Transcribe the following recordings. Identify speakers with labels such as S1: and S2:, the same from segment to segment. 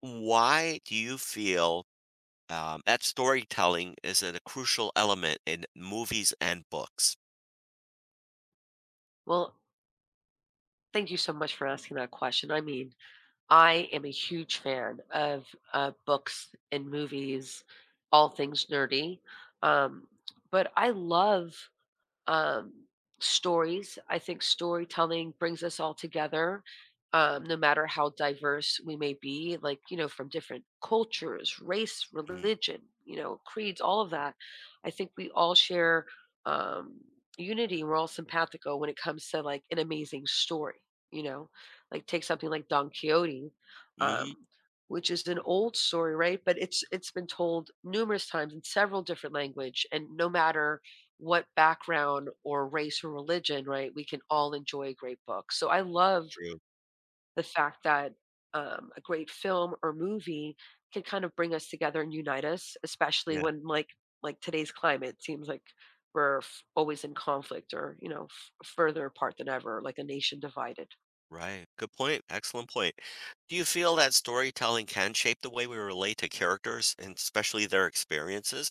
S1: Why do you feel that storytelling is a crucial element in movies and books?
S2: Well, thank you so much for asking that question. I am a huge fan of books and movies, all things nerdy. Um, but I love um, stories. I think storytelling brings us all together, no matter how diverse we may be, like, you know, from different cultures, race,
S1: Mm,
S2: religion, you know, creeds, all of that. I think we all share um, unity. We're all simpatico when it comes to like an amazing story, you know, like take something like Don Quixote.
S1: mhm,
S2: Um, which is an old story, right? But it's been told numerous times in several different language, and no matter what background or race or religion, right? We can all enjoy a great book. So I love
S1: true.
S2: the fact that a great film or movie can kind of bring us together and unite us, especially
S1: Yeah.
S2: when like today's climate seems like we're always in conflict or you know further apart than ever, like a nation divided.
S1: Right. Good point. Excellent point. Do you feel that storytelling can shape the way we relate to characters and especially their experiences?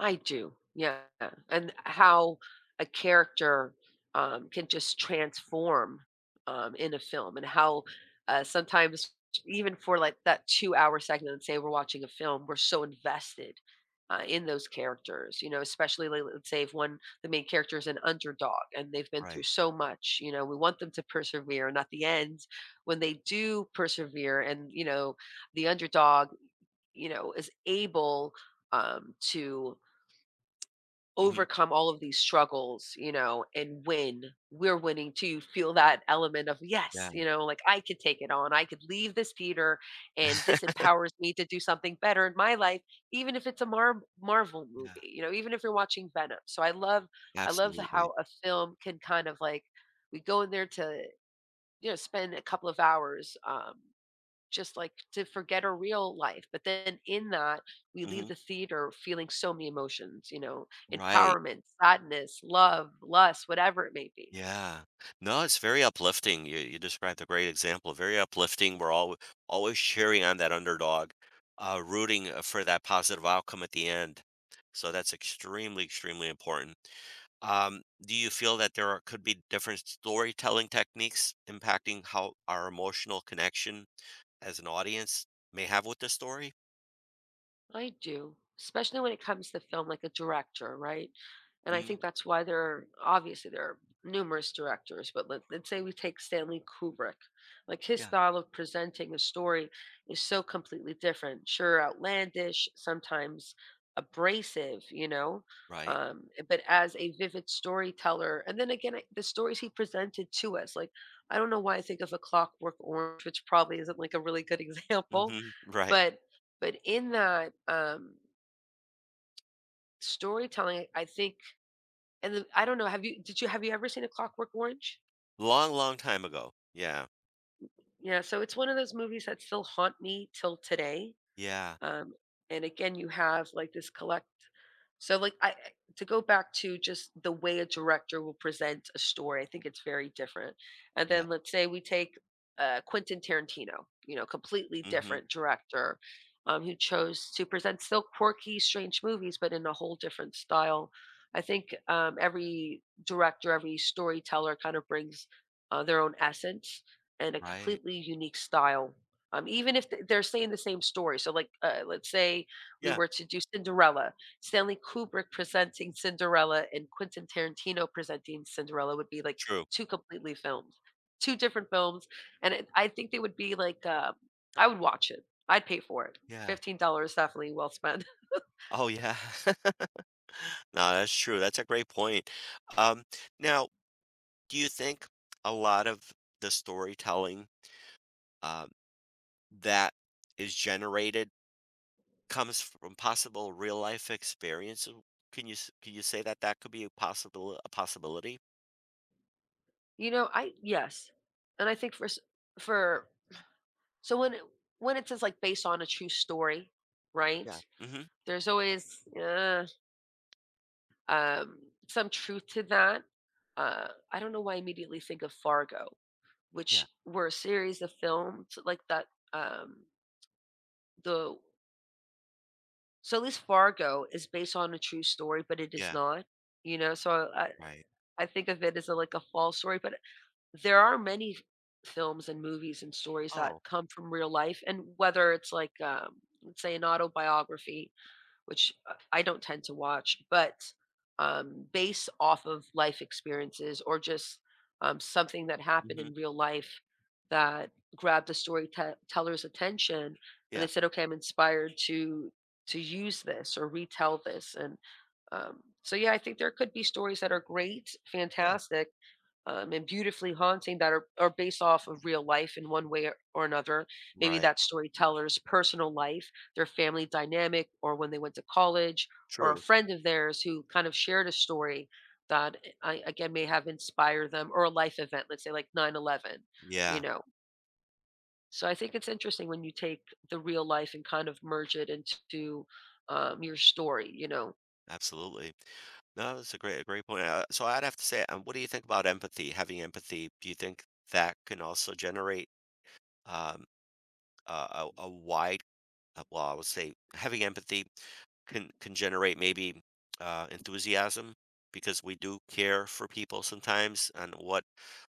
S2: I do, yeah, and how a character, can just transform, in a film. And how, sometimes even for, like, that two-hour segment, and say we're watching a film, we're so invested, in those characters, you know, especially, like, let's say if one the main character is an underdog and they've been through
S1: Right.
S2: so much, you know, we want them to persevere. And at the end, when they do persevere and, you know, the underdog, you know, is able, to
S1: Hmm.
S2: overcome all of these struggles, you know, and win. We're winning too. Feel that element of yes,
S1: Yeah.
S2: you know, like I could take it on. I could leave this theater, and this empowers me to do something better in my life, even if it's a Marvel movie,
S1: Yeah.
S2: you know, even if you're watching Venom. So I love
S1: Absolutely.
S2: how a film can kind of like we go in there to you know spend a couple of hours just like to forget our real life. But then in that, we leave
S1: Hmm.
S2: the theater feeling so many emotions, you know,
S1: Right.
S2: empowerment, sadness, love, lust, whatever it may be.
S1: Yeah. No, it's very uplifting. You described a great example. Very uplifting. We're all always cheering on that underdog, rooting for that positive outcome at the end. So that's extremely, extremely important. Do you feel that there are, could be different storytelling techniques impacting how our emotional connection as an audience may have with the story?
S2: I do, especially when it comes to film, like a director, right? And I
S1: Mm,
S2: think that's why there are obviously there are numerous directors. But let's say we take Stanley Kubrick. Like his
S1: yeah.
S2: style of presenting a story is so completely different. Sure, outlandish, sometimes abrasive, you know,
S1: Right.
S2: but as a vivid storyteller. And then again, the stories he presented to us, like I don't know why I think of A Clockwork Orange, which probably isn't like a really good example,
S1: Hmm. Right.
S2: but but in that, storytelling, I think and the I don't know, have you did you have you ever seen A Clockwork Orange?
S1: Long, long time ago. Yeah.
S2: Yeah, so it's one of those movies that still haunt me till today.
S1: Yeah.
S2: Um, and again, you have like this collect. So, like, to go back to just the way a director will present a story, I think it's very different. And
S1: Yeah.
S2: then let's say we take Quentin Tarantino, you know, completely
S1: Hmm.
S2: different director, who chose to present still quirky, strange movies, but in a whole different style. I think every director, every storyteller kind of brings their own essence and a
S1: Right.
S2: completely unique style, even if th they're saying the same story. So, like, let's say we
S1: Yeah.
S2: were to do Cinderella, Stanley Kubrick presenting Cinderella and Quentin Tarantino presenting Cinderella would be, like,
S1: True.
S2: 2 completely filmed 2 different films, and it I think they would be, like, I would watch it. I'd pay for it.
S1: Yeah.
S2: $15 definitely well spent.
S1: Oh, yeah. No, that's true. That's a great point. Um, Now, do you think a lot of the storytelling um, that is generated comes from possible real life experiences? Can you can you say that that could be a possible a possibility?
S2: You know, I yes, and I think for so when it says, like, based on a true story, right?
S1: Yeah. Mm-hmm.
S2: There's always, um, some truth to that. I don't know why I immediately think of Fargo,
S1: Yeah.
S2: which were a series of films like that. Um, the so at least Fargo is based on a true story, but it is
S1: Yeah.
S2: not. You know, so
S1: Right.
S2: I think of it as a, like a false story. But there are many films and movies and stories that
S1: Oh.
S2: come from real life, and whether it's like let's say an autobiography which I don't tend to watch, but based off of life experiences or just something that happened
S1: Mm-hmm.
S2: in real life that grabbed the storyteller's attention, and they
S1: Yeah.
S2: said, "Okay, I'm inspired to use this or retell this." And so, yeah, I think there could be stories that are great,
S1: Yeah.
S2: fantastic, and beautifully haunting that are based off of real life in one way or another. Maybe
S1: Right.
S2: that storyteller's personal life, their family dynamic, or when they went to college, or a
S1: True.
S2: friend of theirs who kind of shared a story that I, again, may have inspired them, or a life event, let's say like 9/11, you
S1: Yeah.
S2: know. So I think it's interesting when you take the real life and kind of merge it into your story, you know.
S1: Absolutely. No, that's a great point. So I'd have to say, what do you think about empathy? Having empathy, do you think that can also generate um, a, a wide, well, I would say having empathy can generate maybe enthusiasm because we do care for people sometimes and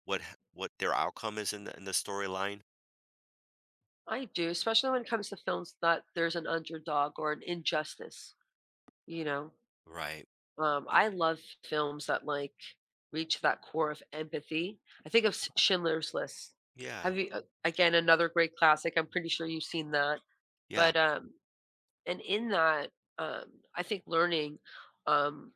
S1: what what their outcome is in the storyline.
S2: I do, especially when it comes to films that there's an underdog or an injustice, you know.
S1: Right. Y-
S2: I love films that, like, reach that core of empathy. I think of S Schindler's List.
S1: Yeah.
S2: Have you again, another great classic, I'm pretty sure you've seen that,
S1: Yeah.
S2: but, and in that, um, I think learning, um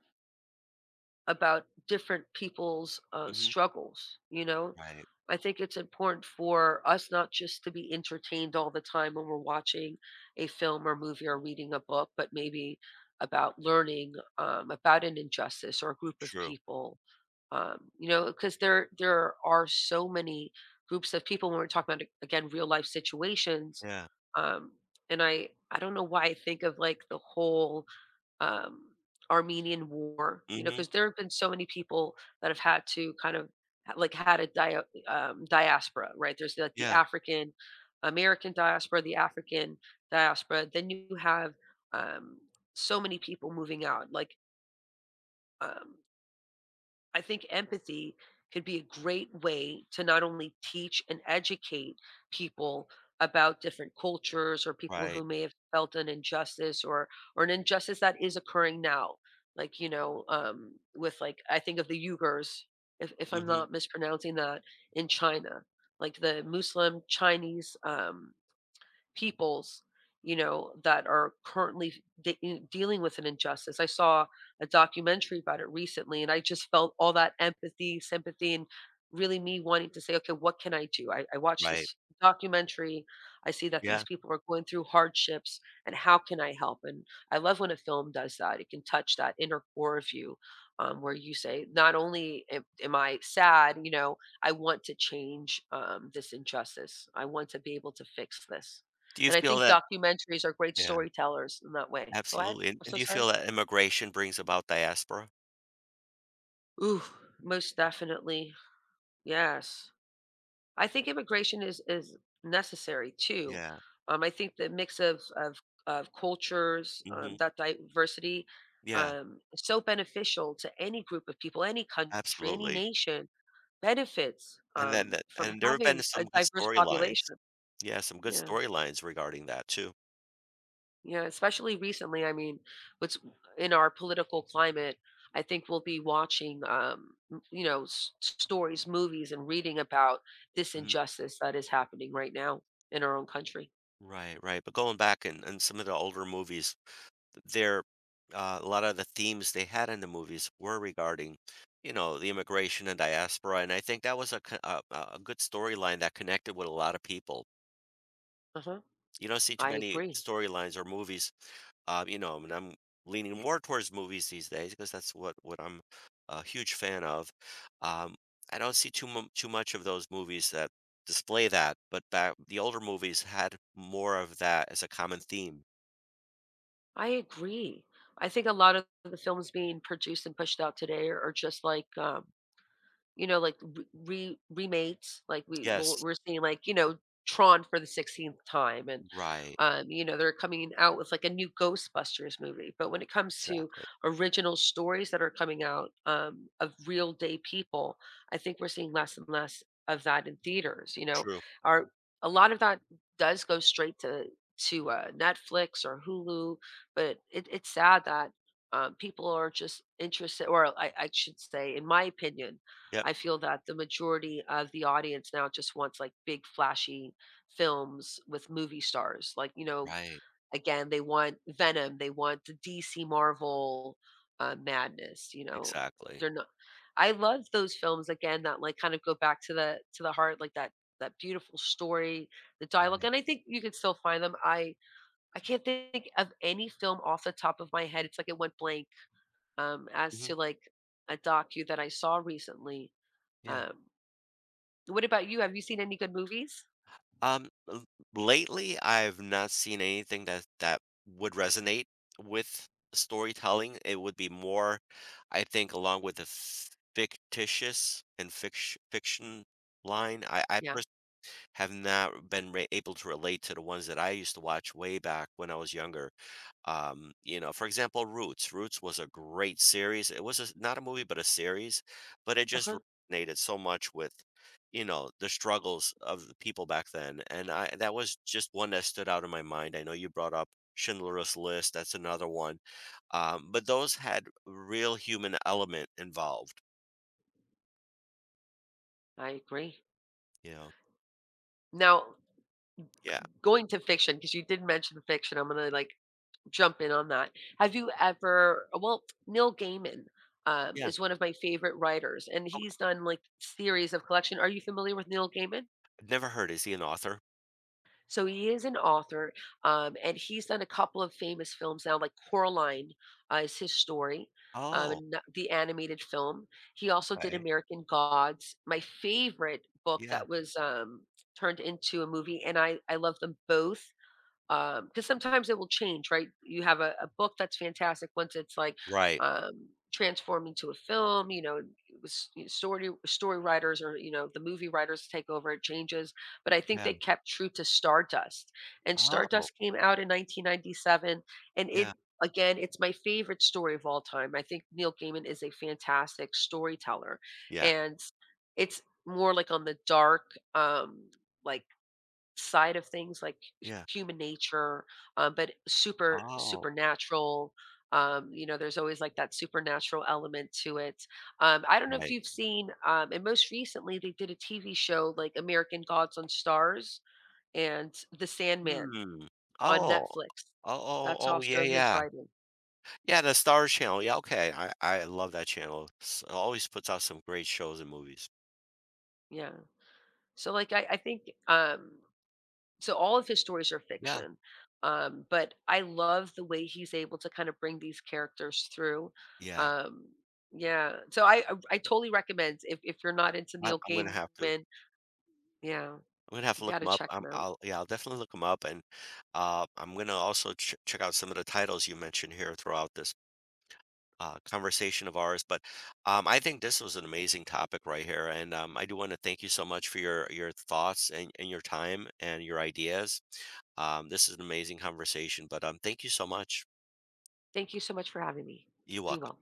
S2: about different people's
S1: Hmm.
S2: struggles. You know,
S1: Right.
S2: I think it's important for us not just to be entertained all the time when we're watching a film or movie or reading a book, but maybe about learning about an injustice or a group of
S1: True.
S2: people. You know, because there are so many groups of people when we're talking about again real life situations.
S1: Yeah.
S2: Um, and I don't know why I think of like the whole um, Armenian War, you know,
S1: Hmm.
S2: because there have been so many people that have had to kind of ha like, had a diaspora, right? There's, like, the
S1: Yeah.
S2: African American diaspora, the African diaspora, then you have, um, so many people moving out, like, um I think empathy could be a great way to not only teach and educate people about different cultures or people
S1: Right.
S2: who may have felt an injustice or an injustice that is occurring now. Like, you know, with like I think of the Uyghurs, if I'm
S1: Hmm.
S2: not mispronouncing that, in China, like the Muslim Chinese peoples, you know, that are currently dealing with an injustice. I saw a documentary about it recently, and I just felt all that empathy, sympathy, and really me wanting to say, okay, what can I do? I watched
S1: Right.
S2: this documentary. I see that these
S1: Yeah.
S2: people are going through hardships, and how can I help? And I love when a film does that. It can touch that inner core of you, where you say, not only am I sad, you know, I want to change this injustice. I want to be able to fix this.
S1: Do you
S2: And I
S1: feel
S2: think
S1: that?
S2: documentaries are great
S1: Yeah.
S2: storytellers in that way. Go ahead.
S1: Absolutely,
S2: I'm
S1: and
S2: so
S1: do you
S2: sorry.
S1: feel that immigration brings about diaspora?
S2: Ooh, most definitely. Yes. I think immigration is necessary too.
S1: Yeah,
S2: I think the mix of cultures,
S1: mhm,
S2: that diversity,
S1: yeah,
S2: is so beneficial to any group of people, any country, any
S1: absolutely,
S2: nation benefits
S1: and then that
S2: from
S1: and there have been
S2: having a
S1: some good
S2: diverse
S1: storylines.
S2: population.
S1: Yeah, some good
S2: Yeah.
S1: storylines regarding that too.
S2: Yeah, especially recently. What's in our political climate, I think we'll be watching, you know, stories, movies, and reading about this
S1: Mhm.
S2: injustice that is happening right now in our own country.
S1: Right, right, but going back and some of the older movies, there a lot of the themes they had in the movies were regarding, you know, the immigration and diaspora, and I think that was a co a good storyline that connected with a lot of people.
S2: Uh-huh.
S1: You don't see too
S2: I
S1: many
S2: agree.
S1: storylines or movies. You know, and I'm leaning more towards movies these days because that's what I'm a huge fan of. Um, I don't see too much of those movies that display that, but back the older movies had more of that as a common theme.
S2: I agree. I think a lot of the films being produced and pushed out today are just like you know, like, re re remakes, like,
S1: Yes,
S2: we're seeing, like, you know, Tron for the 16th time, and,
S1: right,
S2: you know, they're coming out with, like, a new Ghostbusters movie. But when it comes to
S1: exactly,
S2: original stories that are coming out, of real day people, I think we're seeing less and less of that in theaters, you know?
S1: true.
S2: Our a lot of that does go straight to, Netflix or Hulu, but it's sad that, people are just interested or I should say, in my opinion,
S1: Yep,
S2: I feel that the majority of the audience now just wants like big flashy films with movie stars. Like, you know,
S1: right,
S2: again, they want Venom, they want the DC Marvel madness, you know.
S1: exactly.
S2: They're not I love those films again that like kind of go back to the heart like that that beautiful story, the dialogue.
S1: Right.
S2: And I think you can still find them. I can't think of any film off the top of my head. It's like it went blank as
S1: Hmm.
S2: to like a docu that I saw recently.
S1: Yeah.
S2: um what about you? Have you seen any good movies?
S1: L Lately, I've not seen anything that that would resonate with storytelling. It would be more, I think, along with the fictitious and fiction line. I
S2: Yeah.
S1: pers have not been re able to relate to the ones that I used to watch way back when I was younger, you know, for example, Roots was a great series. It was a, not a movie but a series, but it just
S2: Uh-huh.
S1: resonated so much with, you know, the struggles of the people back then, and I that was just one that stood out in my mind. I know you brought up Schindler's List, that's another one. But those had real human element involved,
S2: I agree.
S1: you know.
S2: Now,
S1: Yeah.
S2: going to fiction, because you did mention fiction, I'm gonna like jump in on that. Have you ever, well, Neil Gaiman
S1: Yeah,
S2: is one of my favorite writers, and he's
S1: okay.
S2: done like series of collection. Are you familiar with Neil Gaiman?
S1: I've never heard. Is he an author?
S2: So he is an author, and he's done a couple of famous films now, like Coraline is his story,
S1: Oh,
S2: and the animated film. He also did
S1: okay.
S2: American Gods, my favorite book
S1: Yeah.
S2: that was turned into a movie, and I love them both. Because sometimes it will change, right? You have a book that's fantastic once it's like
S1: Right.
S2: transformed into a film. You know, it was you know, story story writers or you know the movie writers take over. It changes, but I think
S1: Yeah.
S2: they kept true to Stardust, and
S1: Oh.
S2: Stardust came out in 1997, and
S1: Yeah,
S2: it again, it's my favorite story of all time. I think Neil Gaiman is a fantastic storyteller,
S1: yeah.
S2: and it's more like on the dark, like side of things like
S1: Yeah.
S2: human nature, but
S1: Oh.
S2: supernatural. You know, there's always like that supernatural element to it. I don't know if
S1: Right.
S2: you've seen, and most recently they did a TV show like American Gods on Stars and The Sandman
S1: Hmm.
S2: on
S1: Oh.
S2: Netflix.
S1: Oh, oh,
S2: That's
S1: oh, yeah,
S2: also his
S1: yeah.
S2: writing.
S1: Yeah, the Star Channel. Yeah, okay. I love that channel. S always puts out some great shows and movies.
S2: Yeah. So like I think so all of his stories are
S1: Yeah.
S2: fiction, but I love the way he's able to kind of bring these characters through.
S1: Yeah.
S2: um yeah, so I totally recommend if you're not into
S1: I
S2: Neil
S1: I'm gonna have to.
S2: Gaiman, yeah,
S1: I'm gonna have to
S2: you
S1: look
S2: got
S1: them
S2: to
S1: up.
S2: check
S1: I'm
S2: him out.
S1: I'll yeah, I'll definitely look them up, and, I'm gonna also ch check out some of the titles you mentioned here throughout this, conversation of ours, but, I think this was an amazing topic right here, and, I do wanna thank you so much for your thoughts and your time and your ideas. This is an amazing conversation, but thank you so much.
S2: Thank you so much for having me.
S1: You're
S2: Be
S1: welcome.
S2: well.